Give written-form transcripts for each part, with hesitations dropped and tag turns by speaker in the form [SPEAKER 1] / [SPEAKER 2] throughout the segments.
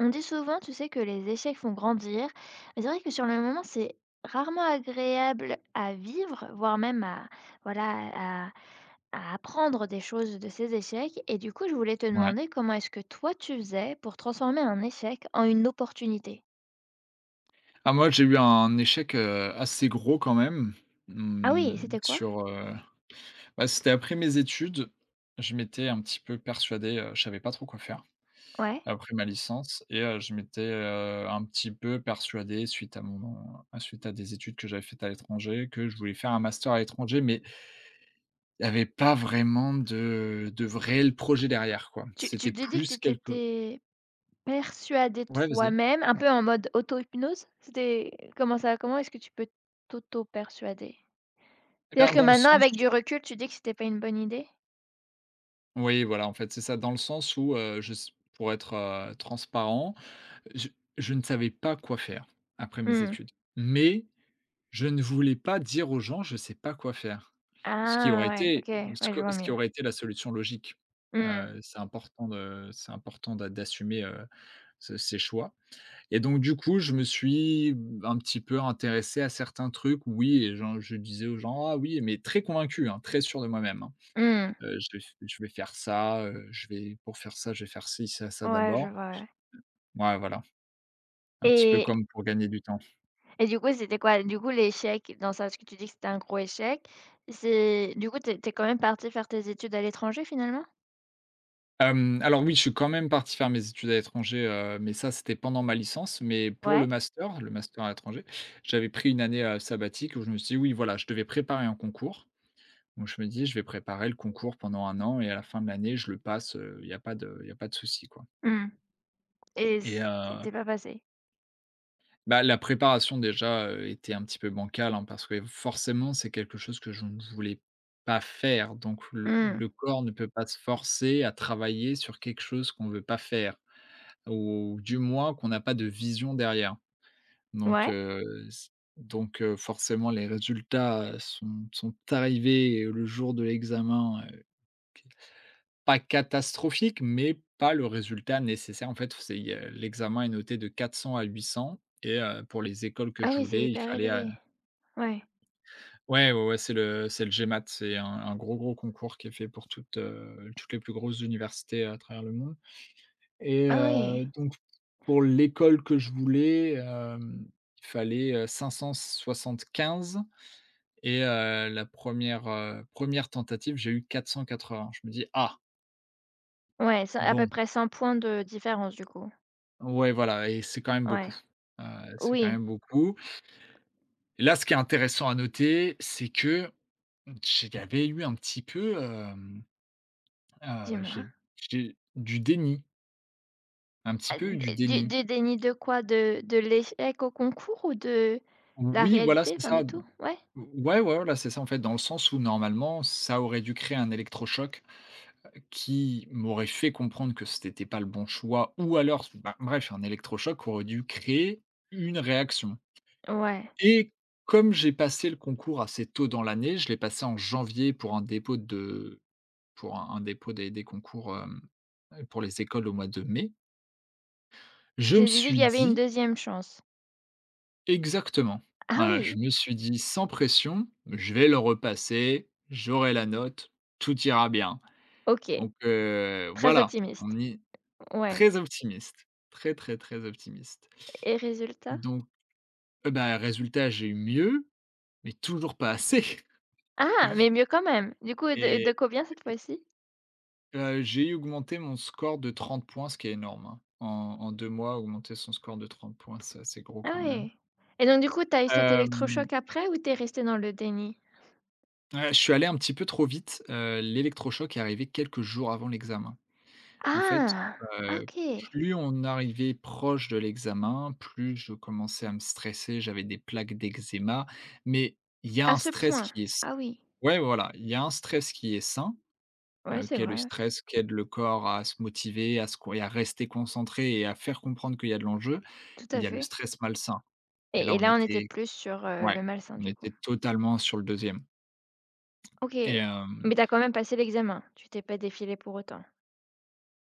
[SPEAKER 1] On dit souvent, tu sais, que les échecs font grandir. Mais c'est vrai que sur le moment, c'est rarement agréable à vivre, voire même voilà, à, à apprendre des choses de ces échecs. Et du coup, je voulais te
[SPEAKER 2] Ouais.
[SPEAKER 1] demander comment est-ce que toi, tu faisais pour transformer un échec en une opportunité?
[SPEAKER 2] Ah moi, j'ai eu un échec, assez gros quand même,
[SPEAKER 1] Ah oui,
[SPEAKER 2] mmh,
[SPEAKER 1] c'était quoi?
[SPEAKER 2] sur, heu, bah, c'était après mes études. Je m'étais un petit peu persuadé, je savais pas trop quoi faire
[SPEAKER 1] Ouais.
[SPEAKER 2] après ma licence. Et je m'étais, un petit peu persuadé suite à des études que j'avais faites à l'étranger, que je voulais faire un master à l'étranger, mais il y avait pas vraiment de réel projet derrière, quoi.
[SPEAKER 1] Tu,
[SPEAKER 2] C'était
[SPEAKER 1] tu t'es dit que
[SPEAKER 2] plus.
[SPEAKER 1] tu
[SPEAKER 2] Quelque
[SPEAKER 1] t'étais persuadée
[SPEAKER 2] Ouais, vas-y.
[SPEAKER 1] toi-même, un peu en mode auto-hypnose? Comment est-ce que tu peux t'auto-persuader?
[SPEAKER 2] Eh bien
[SPEAKER 1] C'est-à-dire que
[SPEAKER 2] dans le
[SPEAKER 1] maintenant,
[SPEAKER 2] sens
[SPEAKER 1] avec du recul, tu dis que c'était pas une bonne idée?
[SPEAKER 2] Oui, voilà, en fait, c'est ça, dans le sens où, je s pour être, transparent, je je ne savais pas quoi faire après mes
[SPEAKER 1] Mmh.
[SPEAKER 2] études. Mais je ne voulais pas dire aux gens: «Je ne sais pas quoi faire». Ce qui
[SPEAKER 1] Ah
[SPEAKER 2] aurait
[SPEAKER 1] ouais,
[SPEAKER 2] été
[SPEAKER 1] OK,
[SPEAKER 2] ce
[SPEAKER 1] ouais,
[SPEAKER 2] que
[SPEAKER 1] je vois
[SPEAKER 2] ce qui
[SPEAKER 1] mieux.
[SPEAKER 2] aurait été la solution logique.
[SPEAKER 1] Mmh.
[SPEAKER 2] C'est important d'assumer, ce ses choix. Et donc du coup, je me suis un petit peu intéressé à certains trucs, oui, et genre je disais aux gens: «Ah oui», mais très convaincu, hein, très sûr de moi-même, hein.
[SPEAKER 1] Mmh.
[SPEAKER 2] Je vais faire ça. Je vais Pour faire ça, je vais faire ci, ça
[SPEAKER 1] Ouais, je
[SPEAKER 2] d'abord.
[SPEAKER 1] vois, ouais.
[SPEAKER 2] Ouais, voilà, un petit peu
[SPEAKER 1] Et
[SPEAKER 2] comme pour gagner du temps.
[SPEAKER 1] et du coup, c'était quoi? Du coup, l'échec dans ça, parce que tu dis que c'était un gros échec, c'est du coup, tu es quand même partie faire tes études à l'étranger, finalement?
[SPEAKER 2] Alors oui, je suis quand même parti faire mes études à l'étranger, mais ça, c'était pendant ma licence. Mais pour le
[SPEAKER 1] Ouais?
[SPEAKER 2] master, à l'étranger, j'avais pris une année, sabbatique, où je me suis dit: «Oui, voilà, je devais préparer un concours». Donc je me dis: «Je vais préparer le concours pendant un an et à la fin de l'année, je le passe, il y a pas de il y a pas de souci, quoi».
[SPEAKER 1] Mmh. Et
[SPEAKER 2] et
[SPEAKER 1] c tu
[SPEAKER 2] heu
[SPEAKER 1] es pas passée?
[SPEAKER 2] Bah, la préparation déjà, était un petit peu bancale, hein, parce que forcément, c'est quelque chose que je ne voulais pas faire. Donc le
[SPEAKER 1] Mmh.
[SPEAKER 2] le corps ne peut pas se forcer à travailler sur quelque chose qu'on ne veut pas faire, ou du moins qu'on n'a pas de vision derrière. Donc
[SPEAKER 1] Ouais?
[SPEAKER 2] heu, c donc forcément les résultats sont arrivés le jour de l'examen, pas catastrophique mais pas le résultat nécessaire. En fait, l'examen est noté de 400 à 800. Et pour les écoles que
[SPEAKER 1] Ah
[SPEAKER 2] je
[SPEAKER 1] oui, c'est
[SPEAKER 2] voulais, il
[SPEAKER 1] hyper
[SPEAKER 2] fallait.
[SPEAKER 1] élevé. Ouais.
[SPEAKER 2] Ouais, ouais, ouais, c'est le GMAT, c'est un gros, gros concours qui est fait pour toutes les plus grosses universités à travers le monde. Et
[SPEAKER 1] Ah oui.
[SPEAKER 2] donc pour l'école que je voulais, il fallait, 575. Et la première, re heu, tentative, j'ai eu 480. Je me dis: «Ah,
[SPEAKER 1] Ouais, ça à peu
[SPEAKER 2] bon».
[SPEAKER 1] près 100 points de différence, du coup?
[SPEAKER 2] Ouais, voilà, et c'est quand même beaucoup,
[SPEAKER 1] Ouais.
[SPEAKER 2] heu, c'est quand
[SPEAKER 1] Oui,
[SPEAKER 2] même beaucoup. Et là, ce qui est intéressant à noter, c'est que j'avais eu un petit peu, Heu,
[SPEAKER 1] dis-moi.
[SPEAKER 2] j'ai j'ai du déni, un petit
[SPEAKER 1] Ah,
[SPEAKER 2] peu
[SPEAKER 1] d
[SPEAKER 2] du déni.
[SPEAKER 1] du déni de quoi? De l'échec au concours ou de la
[SPEAKER 2] Oui, voilà,
[SPEAKER 1] réalité?
[SPEAKER 2] c'est
[SPEAKER 1] Enfin de
[SPEAKER 2] ça.
[SPEAKER 1] tout? Ouais?
[SPEAKER 2] Ouais, ouais, voilà, c'est ça, en fait, dans le sens où normalement, ça aurait dû créer un électrochoc qui m'aurait fait comprendre que c'était pas le bon choix, ou alors, bah, bref, un électrochoc aurait dû créer une réaction.
[SPEAKER 1] Ouais.
[SPEAKER 2] Et comme j'ai passé le concours assez tôt dans l'année, je l'ai passé en janvier pour un dépôt de pour un dépôt des concours, pour les écoles au mois de mai.
[SPEAKER 1] Tu
[SPEAKER 2] Je me
[SPEAKER 1] t'es dit qu'il
[SPEAKER 2] suis
[SPEAKER 1] y avait une
[SPEAKER 2] dit.
[SPEAKER 1] deuxième chance?
[SPEAKER 2] Exactement.
[SPEAKER 1] Ah
[SPEAKER 2] Voilà, je
[SPEAKER 1] oui!
[SPEAKER 2] me suis dit: «Sans pression, je vais le repasser, j'aurai la note, tout ira bien».
[SPEAKER 1] OK,
[SPEAKER 2] Donc
[SPEAKER 1] très
[SPEAKER 2] voilà,
[SPEAKER 1] optimiste.
[SPEAKER 2] on est
[SPEAKER 1] Ouais,
[SPEAKER 2] très optimiste, très, très, très optimiste.
[SPEAKER 1] et résultat?
[SPEAKER 2] Donc bah, résultat, j'ai eu mieux, mais toujours pas assez.
[SPEAKER 1] Ah! Mais mieux quand même. Du coup, de
[SPEAKER 2] Et
[SPEAKER 1] de combien cette fois-ci?
[SPEAKER 2] j'ai augmenté mon score de 30 points, ce qui est énorme, hein. En 2 mois, augmenter son score de 30 points, c'est assez gros
[SPEAKER 1] Ah
[SPEAKER 2] quand même.
[SPEAKER 1] oui. Et donc du coup, t'as eu cet
[SPEAKER 2] Hem,
[SPEAKER 1] électrochoc après ou t'es resté dans le déni?
[SPEAKER 2] ouais, je suis allé un petit peu trop vite, l'électrochoc est arrivé quelques jours avant l'examen. En fait,
[SPEAKER 1] Ah!
[SPEAKER 2] heu,
[SPEAKER 1] OK,
[SPEAKER 2] plus on arrivait proche de l'examen, plus je commençais à me stresser, j'avais des plaques d'eczéma. Mais il y a
[SPEAKER 1] à
[SPEAKER 2] un
[SPEAKER 1] ce
[SPEAKER 2] stress
[SPEAKER 1] point.
[SPEAKER 2] qui est,
[SPEAKER 1] Ah oui.
[SPEAKER 2] ouais, voilà, il y a un stress qui est sain,
[SPEAKER 1] Ouais, c'est
[SPEAKER 2] qui est le
[SPEAKER 1] vrai, ouais,
[SPEAKER 2] stress qui aide le corps à se motiver, à se co et à rester concentré, et à faire comprendre qu'il y a de l'enjeu.
[SPEAKER 1] tout
[SPEAKER 2] Et il
[SPEAKER 1] à
[SPEAKER 2] y a le
[SPEAKER 1] fait.
[SPEAKER 2] stress malsain. Et là,
[SPEAKER 1] Et
[SPEAKER 2] on
[SPEAKER 1] là, on était
[SPEAKER 2] était,
[SPEAKER 1] plus sur,
[SPEAKER 2] ouais,
[SPEAKER 1] le malsain
[SPEAKER 2] on
[SPEAKER 1] du
[SPEAKER 2] était
[SPEAKER 1] coup.
[SPEAKER 2] totalement sur le deuxième.
[SPEAKER 1] OK,
[SPEAKER 2] Et hem
[SPEAKER 1] mais t'as quand même passé l'examen? Tu t'es pas défilé pour autant?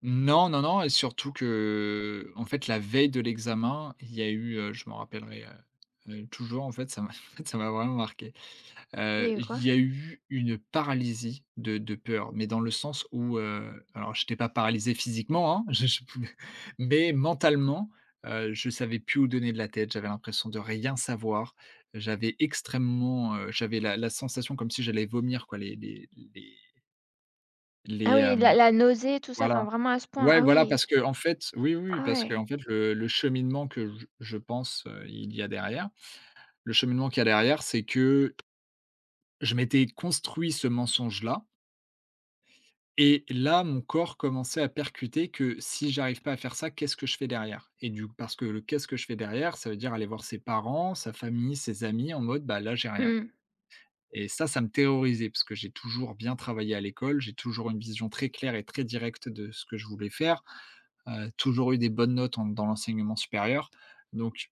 [SPEAKER 2] Non, non, non. Et surtout que, en fait, la veille de l'examen, il y a eu, je m'en rappellerai, toujours. En fait, ça m'a, en fait, ça m'a vraiment marqué.
[SPEAKER 1] Il y a eu quoi?
[SPEAKER 2] Il y a eu une paralysie de peur, mais dans le sens où, alors j'étais pas paralysé physiquement, hein, je pouvais, mais mentalement, je savais plus où donner de la tête, j'avais l'impression de rien savoir. J'avais la sensation comme si j'allais vomir, quoi, les les,
[SPEAKER 1] Ah oui,
[SPEAKER 2] hem
[SPEAKER 1] la nausée, tout ça, enfin
[SPEAKER 2] voilà.
[SPEAKER 1] vraiment à ce point?
[SPEAKER 2] Ouais,
[SPEAKER 1] Ah
[SPEAKER 2] voilà,
[SPEAKER 1] oui.
[SPEAKER 2] parce que en fait oui, oui,
[SPEAKER 1] Ah
[SPEAKER 2] parce que
[SPEAKER 1] ouais.
[SPEAKER 2] en fait, le cheminement que je pense, il y a derrière, le cheminement qu'il y a derrière, c'est que je m'étais construit ce mensonge-là. Et là, mon corps commençait à percuter que si j'arrive pas à faire ça, qu'est-ce que je fais derrière? Et du parce que le «qu'est-ce que je fais derrière», ça veut dire aller voir ses parents, sa famille, ses amis en mode: «Bah, là, j'ai rien».
[SPEAKER 1] Mmh.
[SPEAKER 2] Et ça me terrorisait parce que j'ai toujours bien travaillé à l'école, j'ai toujours une vision très claire et très directe de ce que je voulais faire, toujours eu des bonnes notes en dans l'enseignement supérieur. Donc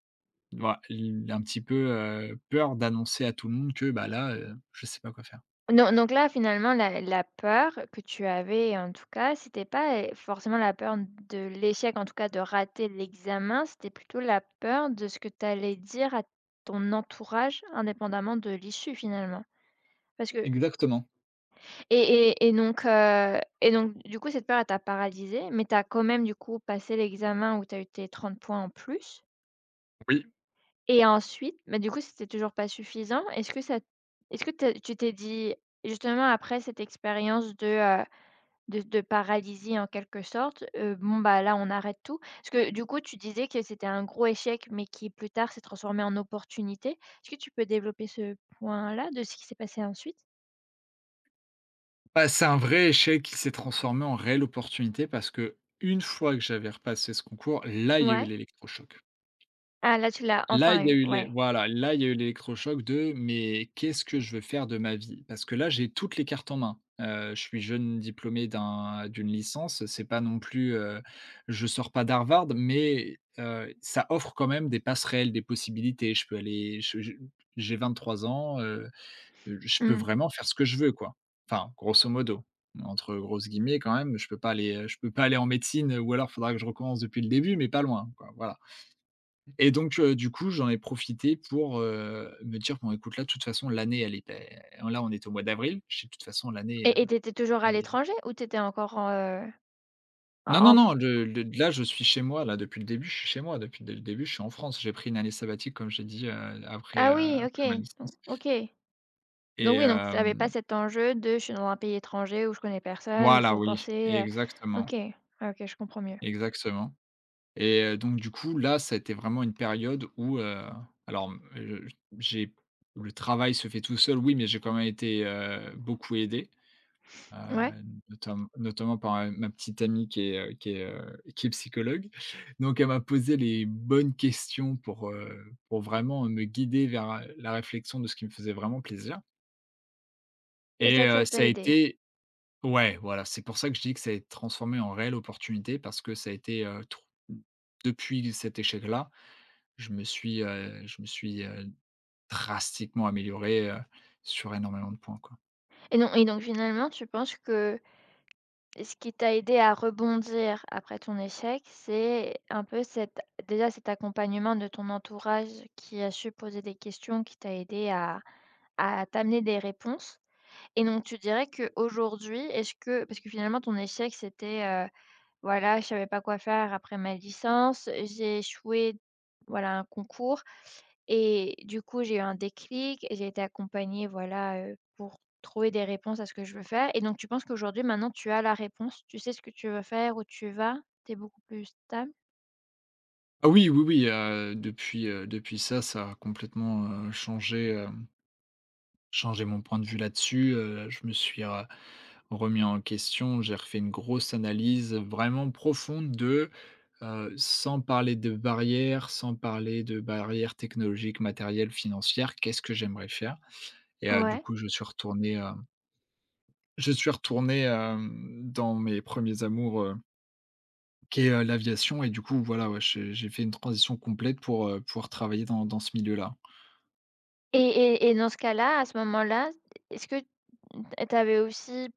[SPEAKER 2] voilà, l un petit peu, peur d'annoncer à tout le monde que, bah, là, je sais pas quoi faire.
[SPEAKER 1] Non, donc là, finalement, la peur que tu avais, en tout cas, c'était pas, forcément la peur de l'échec, en tout cas de rater l'examen, c'était plutôt la peur de ce que tu allais dire à ton entourage indépendamment de l'issue, finalement? Parce que…
[SPEAKER 2] Exactement.
[SPEAKER 1] Et donc du coup, cette peur, elle t'a paralysée, mais t'as quand même du coup passé l'examen où t'as eu tes 30 points en plus
[SPEAKER 2] Oui.
[SPEAKER 1] et ensuite, mais du coup, c'était toujours pas suffisant. Est-ce que tu t'es dit justement après cette expérience de paralysie en quelque sorte: «Bon bah là, on arrête tout»? Parce que du coup, tu disais que c'était un gros échec, mais qui plus tard s'est transformé en opportunité. Est-ce que tu peux développer ce point-là de ce qui s'est passé ensuite?
[SPEAKER 2] Bah, c'est un vrai échec qui s'est transformé en réelle opportunité, parce que une fois que j'avais repassé ce concours, là, il y a eu
[SPEAKER 1] Ouais.
[SPEAKER 2] l'électrochoc.
[SPEAKER 1] Ah là, tu l'as
[SPEAKER 2] Là,
[SPEAKER 1] enfin
[SPEAKER 2] il y a
[SPEAKER 1] eu,
[SPEAKER 2] eu les
[SPEAKER 1] ouais.
[SPEAKER 2] voilà, là, il y a eu l'électrochoc de: «Mais qu'est-ce que je veux faire de ma vie?» parce que là, j'ai toutes les cartes en main. Je suis jeune diplômé d'une licence, c'est pas non plus, je sors pas d'Harvard, mais ça offre quand même des passerelles, des possibilités. Je peux aller je j'ai 23 ans, je peux
[SPEAKER 1] Mmh.
[SPEAKER 2] vraiment faire ce que je veux, quoi. Enfin, grosso modo, entre grosses guillemets quand même, je peux pas aller en médecine, ou alors faudra que je recommence depuis le début, mais pas loin, quoi, voilà. Et donc, du coup, j'en ai profité pour, me dire: «Bon écoute là, de toute façon l'année elle est pé», là on est au mois d'avril, je dis: «De toute façon l'année,
[SPEAKER 1] Et tu étais toujours à
[SPEAKER 2] elle est».
[SPEAKER 1] l'étranger ou tu étais encore en, en
[SPEAKER 2] Non, non,
[SPEAKER 1] en
[SPEAKER 2] non,
[SPEAKER 1] Fran
[SPEAKER 2] le là je suis chez moi, là, depuis le début, je suis chez moi, depuis le début, je suis en France. J'ai pris une année sabbatique comme j'ai dit, après, heu,
[SPEAKER 1] Ah oui,
[SPEAKER 2] après ma licence.
[SPEAKER 1] OK. Donc
[SPEAKER 2] Et
[SPEAKER 1] oui, donc tu avais pas
[SPEAKER 2] hem
[SPEAKER 1] cet enjeu de: «Je suis dans un pays étranger où je connais personne, où
[SPEAKER 2] Voilà,
[SPEAKER 1] faut
[SPEAKER 2] oui,
[SPEAKER 1] penser»
[SPEAKER 2] exactement,
[SPEAKER 1] OK, ah OK, je comprends mieux.
[SPEAKER 2] exactement. Et donc du coup, là, ça a été vraiment une période où, j'ai le travail se fait tout seul, oui, mais j'ai quand même été, beaucoup aidé, heu,
[SPEAKER 1] Ouais,
[SPEAKER 2] notamment par, ma petite amie qui est, qui est psychologue. Donc elle m'a posé les bonnes questions pour vraiment me guider vers, la réflexion de ce qui me faisait vraiment plaisir.
[SPEAKER 1] et ça,
[SPEAKER 2] Et
[SPEAKER 1] ça
[SPEAKER 2] ça
[SPEAKER 1] t'a
[SPEAKER 2] a
[SPEAKER 1] aidé.
[SPEAKER 2] été, ouais, voilà, c'est pour ça que je dis que ça a été transformé en réelle opportunité, parce que ça a été, tr depuis cet échec-là, je me suis, drastiquement amélioré, sur énormément de points, quoi.
[SPEAKER 1] Et non, et donc finalement, tu penses que ce qui t'a aidé à rebondir après ton échec, c'est un peu cet accompagnement de ton entourage qui a su poser des questions, qui t'a aidé à t'amener des réponses? Et donc tu dirais qu'aujourd'hui, est-ce que, parce que finalement ton échec c'était, voilà, je savais pas quoi faire après ma licence, j'ai échoué, voilà, un concours, et du coup j'ai eu un déclic, et j'ai été accompagnée, voilà, pour trouver des réponses à ce que je veux faire. Et donc tu penses qu'aujourd'hui, maintenant tu as la réponse, tu sais ce que tu veux faire, où tu vas, tu es beaucoup plus stable?
[SPEAKER 2] Ah oui, oui, oui, depuis, depuis ça, ça a complètement, changé, changé mon point de vue là-dessus. Je me suis, remis en question. J'ai refait une grosse analyse vraiment profonde de, sans parler de barrières, sans parler de barrières technologiques, matérielles, financières, qu'est-ce que j'aimerais faire? Et du
[SPEAKER 1] Ouais.
[SPEAKER 2] coup, je suis retourné, dans mes premiers amours, qui est, l'aviation. Et du coup, voilà, ouais, j'ai fait une transition complète pour, pouvoir travailler dans ce milieu-là.
[SPEAKER 1] Et dans ce cas-là, à ce moment-là, est-ce que tu avais aussi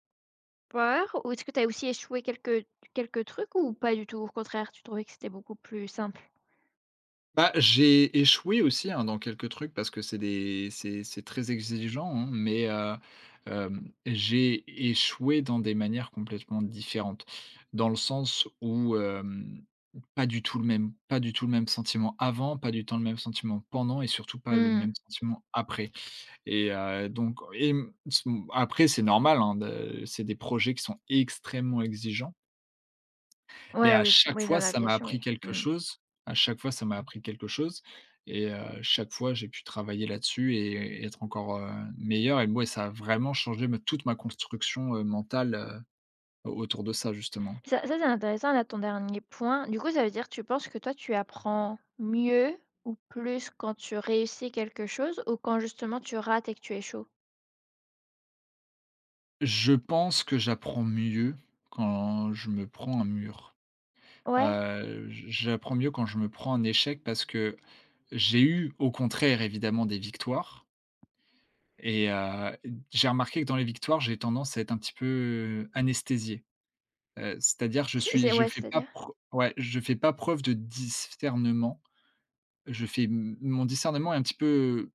[SPEAKER 1] peur, ou est-ce que tu as aussi échoué quelques trucs, ou pas du tout? Au contraire, tu trouvais que c'était beaucoup plus simple?
[SPEAKER 2] Bah, j'ai échoué aussi, hein, dans quelques trucs parce que c'est des c'est très exigeant, hein, mais j'ai échoué dans des manières complètement différentes. Dans le sens où, pas du tout le même pas du tout le même sentiment avant, pas du tout le même sentiment pendant, et surtout pas le
[SPEAKER 1] Mmh.
[SPEAKER 2] même sentiment après. Et donc et mmh, s après c'est normal, hein, de c'est des projets qui sont extrêmement exigeants, mais
[SPEAKER 1] Ouais,
[SPEAKER 2] à
[SPEAKER 1] oui,
[SPEAKER 2] chaque
[SPEAKER 1] oui,
[SPEAKER 2] fois,
[SPEAKER 1] dans
[SPEAKER 2] ça m'a
[SPEAKER 1] l'aviation,
[SPEAKER 2] appris
[SPEAKER 1] oui.
[SPEAKER 2] quelque
[SPEAKER 1] Mmh.
[SPEAKER 2] chose. À chaque fois, ça m'a appris quelque chose et chaque fois, j'ai pu travailler là-dessus et être encore, meilleur. Et moi, ça a vraiment changé ma toute ma construction, mentale, autour de ça, justement.
[SPEAKER 1] Ça, c'est intéressant, là, ton dernier point. Du coup, ça veut dire que tu penses que toi, tu apprends mieux ou plus quand tu réussis quelque chose, ou quand justement tu rates et que tu échoues?
[SPEAKER 2] Je pense que j'apprends mieux quand je me prends un mur.
[SPEAKER 1] Ouais,
[SPEAKER 2] J'apprends mieux quand je me prends un échec parce que j'ai eu, au contraire, évidemment, des victoires. et heu, j'ai remarqué que dans les victoires, j'ai tendance à être un petit peu anesthésié. C'est-à-dire je
[SPEAKER 1] c'est
[SPEAKER 2] suis
[SPEAKER 1] c'est
[SPEAKER 2] je
[SPEAKER 1] ouais,
[SPEAKER 2] fais pas
[SPEAKER 1] c'est-à-dire?
[SPEAKER 2] preu ouais, je fais pas preuve de discernement. Je fais Mon discernement est un petit peu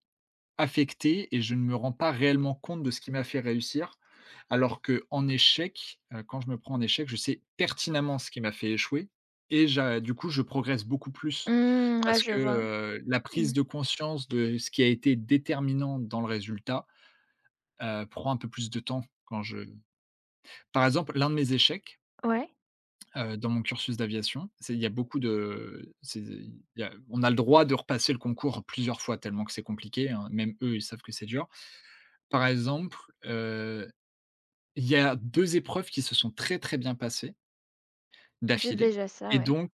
[SPEAKER 2] affecté et je ne me rends pas réellement compte de ce qui m'a fait réussir. Alors que en échec, quand je me prends en échec, je sais pertinemment ce qui m'a fait échouer et j'a du coup, je progresse beaucoup plus
[SPEAKER 1] Mmh, ah
[SPEAKER 2] parce
[SPEAKER 1] je
[SPEAKER 2] que,
[SPEAKER 1] vois.
[SPEAKER 2] la prise
[SPEAKER 1] Mmh.
[SPEAKER 2] de conscience de ce qui a été déterminant dans le résultat, prend un peu plus de temps quand je... Par exemple, l'un de mes échecs,
[SPEAKER 1] Ouais,
[SPEAKER 2] Dans mon cursus d'aviation, c'est... il y a... on a le droit de repasser le concours plusieurs fois tellement que c'est compliqué, hein, même eux, ils savent que c'est dur. Par exemple, heu, il y a 2 épreuves qui se sont très, très bien passées
[SPEAKER 1] c'est
[SPEAKER 2] d'affilée
[SPEAKER 1] déjà ça,
[SPEAKER 2] et
[SPEAKER 1] ouais,
[SPEAKER 2] donc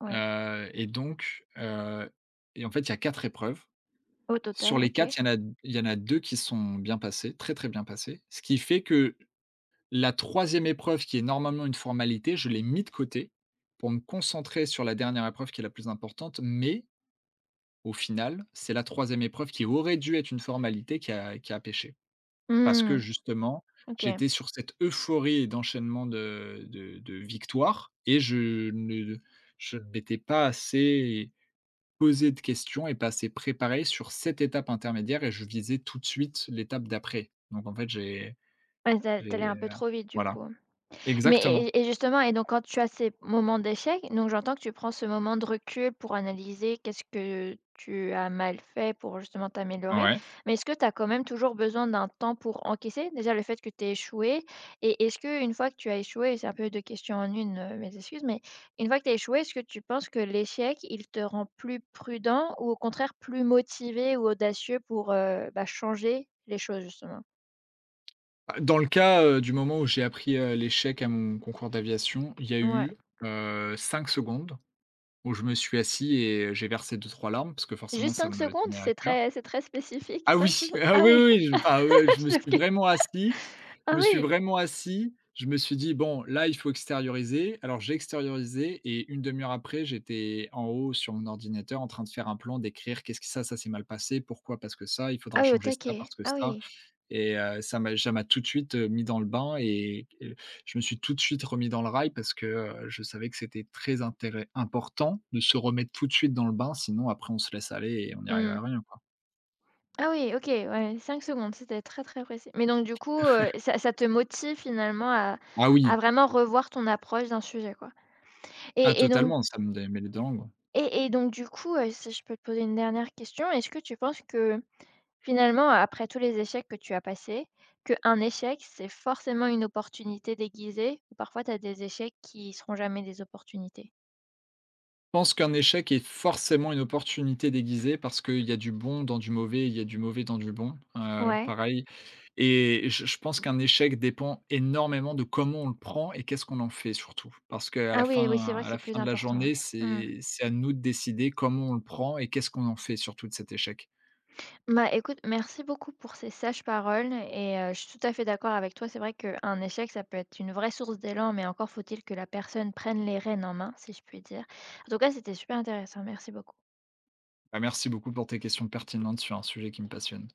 [SPEAKER 1] ouais.
[SPEAKER 2] heu et donc heu et en fait, il y a 4 épreuves.
[SPEAKER 1] Au
[SPEAKER 2] Sur
[SPEAKER 1] total,
[SPEAKER 2] les 4,
[SPEAKER 1] OK.
[SPEAKER 2] il y en a 2 qui sont bien passées, très, très bien passées, ce qui fait que la troisième épreuve, qui est normalement une formalité, je l'ai mis de côté pour me concentrer sur la dernière épreuve qui est la plus importante, mais au final, c'est la troisième épreuve qui aurait dû être une formalité qui a pêché. Parce que
[SPEAKER 1] Mmh,
[SPEAKER 2] justement,
[SPEAKER 1] OK.
[SPEAKER 2] j'étais sur cette euphorie et d'enchaînement de victoires et je ne m'étais pas assez posé de questions et pas assez préparé sur cette étape intermédiaire et je visais tout de suite l'étape d'après. Donc en fait,
[SPEAKER 1] Ouais, tu as
[SPEAKER 2] j'ai,
[SPEAKER 1] un peu trop vite, du
[SPEAKER 2] voilà.
[SPEAKER 1] coup. Mais
[SPEAKER 2] Exactement.
[SPEAKER 1] et justement, et donc quand tu as ces moments d'échec, donc j'entends que tu prends ce moment de recul pour analyser qu'est-ce que tu as mal fait pour justement t'améliorer.
[SPEAKER 2] Ouais.
[SPEAKER 1] Mais est-ce que tu as quand même toujours besoin d'un temps pour encaisser? Déjà le fait que tu as échoué. Et est-ce que, une fois que tu as échoué… c'est un peu 2 questions en une. Mes excuses, mais une fois que tu as échoué, est-ce que tu penses que l'échec, il te rend plus prudent, ou au contraire plus motivé ou audacieux pour, bah, changer les choses, justement?
[SPEAKER 2] Bah, dans le cas, du moment où j'ai appris, l'échec à mon concours d'aviation, il y a
[SPEAKER 1] Ouais.
[SPEAKER 2] eu, 5 secondes où je me suis assis et j'ai versé deux trois larmes parce que forcément
[SPEAKER 1] Juste
[SPEAKER 2] ça
[SPEAKER 1] 5
[SPEAKER 2] me
[SPEAKER 1] secondes?
[SPEAKER 2] tenait à
[SPEAKER 1] C'est
[SPEAKER 2] cœur.
[SPEAKER 1] très c'est très spécifique.
[SPEAKER 2] Ah oui,
[SPEAKER 1] 5 secondes?
[SPEAKER 2] ah
[SPEAKER 1] Ah
[SPEAKER 2] oui, oui,
[SPEAKER 1] oui.
[SPEAKER 2] oui, je enfin, je me suis
[SPEAKER 1] OK.
[SPEAKER 2] vraiment assis, je
[SPEAKER 1] Ah
[SPEAKER 2] me suis
[SPEAKER 1] oui!
[SPEAKER 2] vraiment assis, je me suis dit: «Bon, là, il faut extérioriser». Alors j'ai extériorisé et une demi heure après, j'étais en haut sur mon ordinateur en train de faire un plan, d'écrire: «Qu'est-ce que ça s'est mal passé, pourquoi? Parce que ça, il faudra
[SPEAKER 1] Ah oui, au
[SPEAKER 2] changer ça
[SPEAKER 1] taquet.
[SPEAKER 2] parce que
[SPEAKER 1] Ah
[SPEAKER 2] ça».
[SPEAKER 1] oui.
[SPEAKER 2] Ça m'a tout de suite, mis dans le bain et je me suis tout de suite remis dans le rail parce que, je savais que c'était très intéré important de se remettre tout de suite dans le bain, sinon après on se laisse aller et on n'y arrive à
[SPEAKER 1] Mmh.
[SPEAKER 2] rien, quoi.
[SPEAKER 1] Ah oui, OK, ouais, 5 secondes, c'était très, très précis. Mais donc du coup, ça, ça te motive finalement à
[SPEAKER 2] Ah
[SPEAKER 1] à
[SPEAKER 2] oui,
[SPEAKER 1] vraiment revoir ton approche d'un sujet, quoi.
[SPEAKER 2] ah
[SPEAKER 1] Et donc…
[SPEAKER 2] totalement, ça me met les dents.
[SPEAKER 1] et donc du coup, si je peux te poser une dernière question, est-ce que tu penses que, finalement, après tous les échecs que tu as passés, qu'un échec, c'est forcément une opportunité déguisée, ou parfois tu as des échecs qui seront jamais des opportunités?
[SPEAKER 2] Pense qu'un échec est forcément une opportunité déguisée parce qu'il y a du bon dans du mauvais, il y a du mauvais dans du bon,
[SPEAKER 1] Ouais.
[SPEAKER 2] pareil et je pense qu'un échec dépend énormément de comment on le prend et qu'est-ce qu'on en fait surtout. Parce qu'
[SPEAKER 1] Ah oui, oui, c'est vrai
[SPEAKER 2] à
[SPEAKER 1] que c'est
[SPEAKER 2] la fin
[SPEAKER 1] plus
[SPEAKER 2] de la
[SPEAKER 1] important,
[SPEAKER 2] journée,
[SPEAKER 1] ouais. Mmh.
[SPEAKER 2] c'est à nous de décider comment on le prend et qu'est-ce qu'on en fait surtout de cet échec.
[SPEAKER 1] Bah, écoute, merci beaucoup pour ces sages paroles, et je suis tout à fait d'accord avec toi. C'est vrai qu'un échec, ça peut être une vraie source d'élan, mais encore faut-il que la personne prenne les rênes en main, si je puis dire. En tout cas, c'était super intéressant. Merci beaucoup.
[SPEAKER 2] Bah, merci beaucoup pour tes questions pertinentes sur un sujet qui me passionne.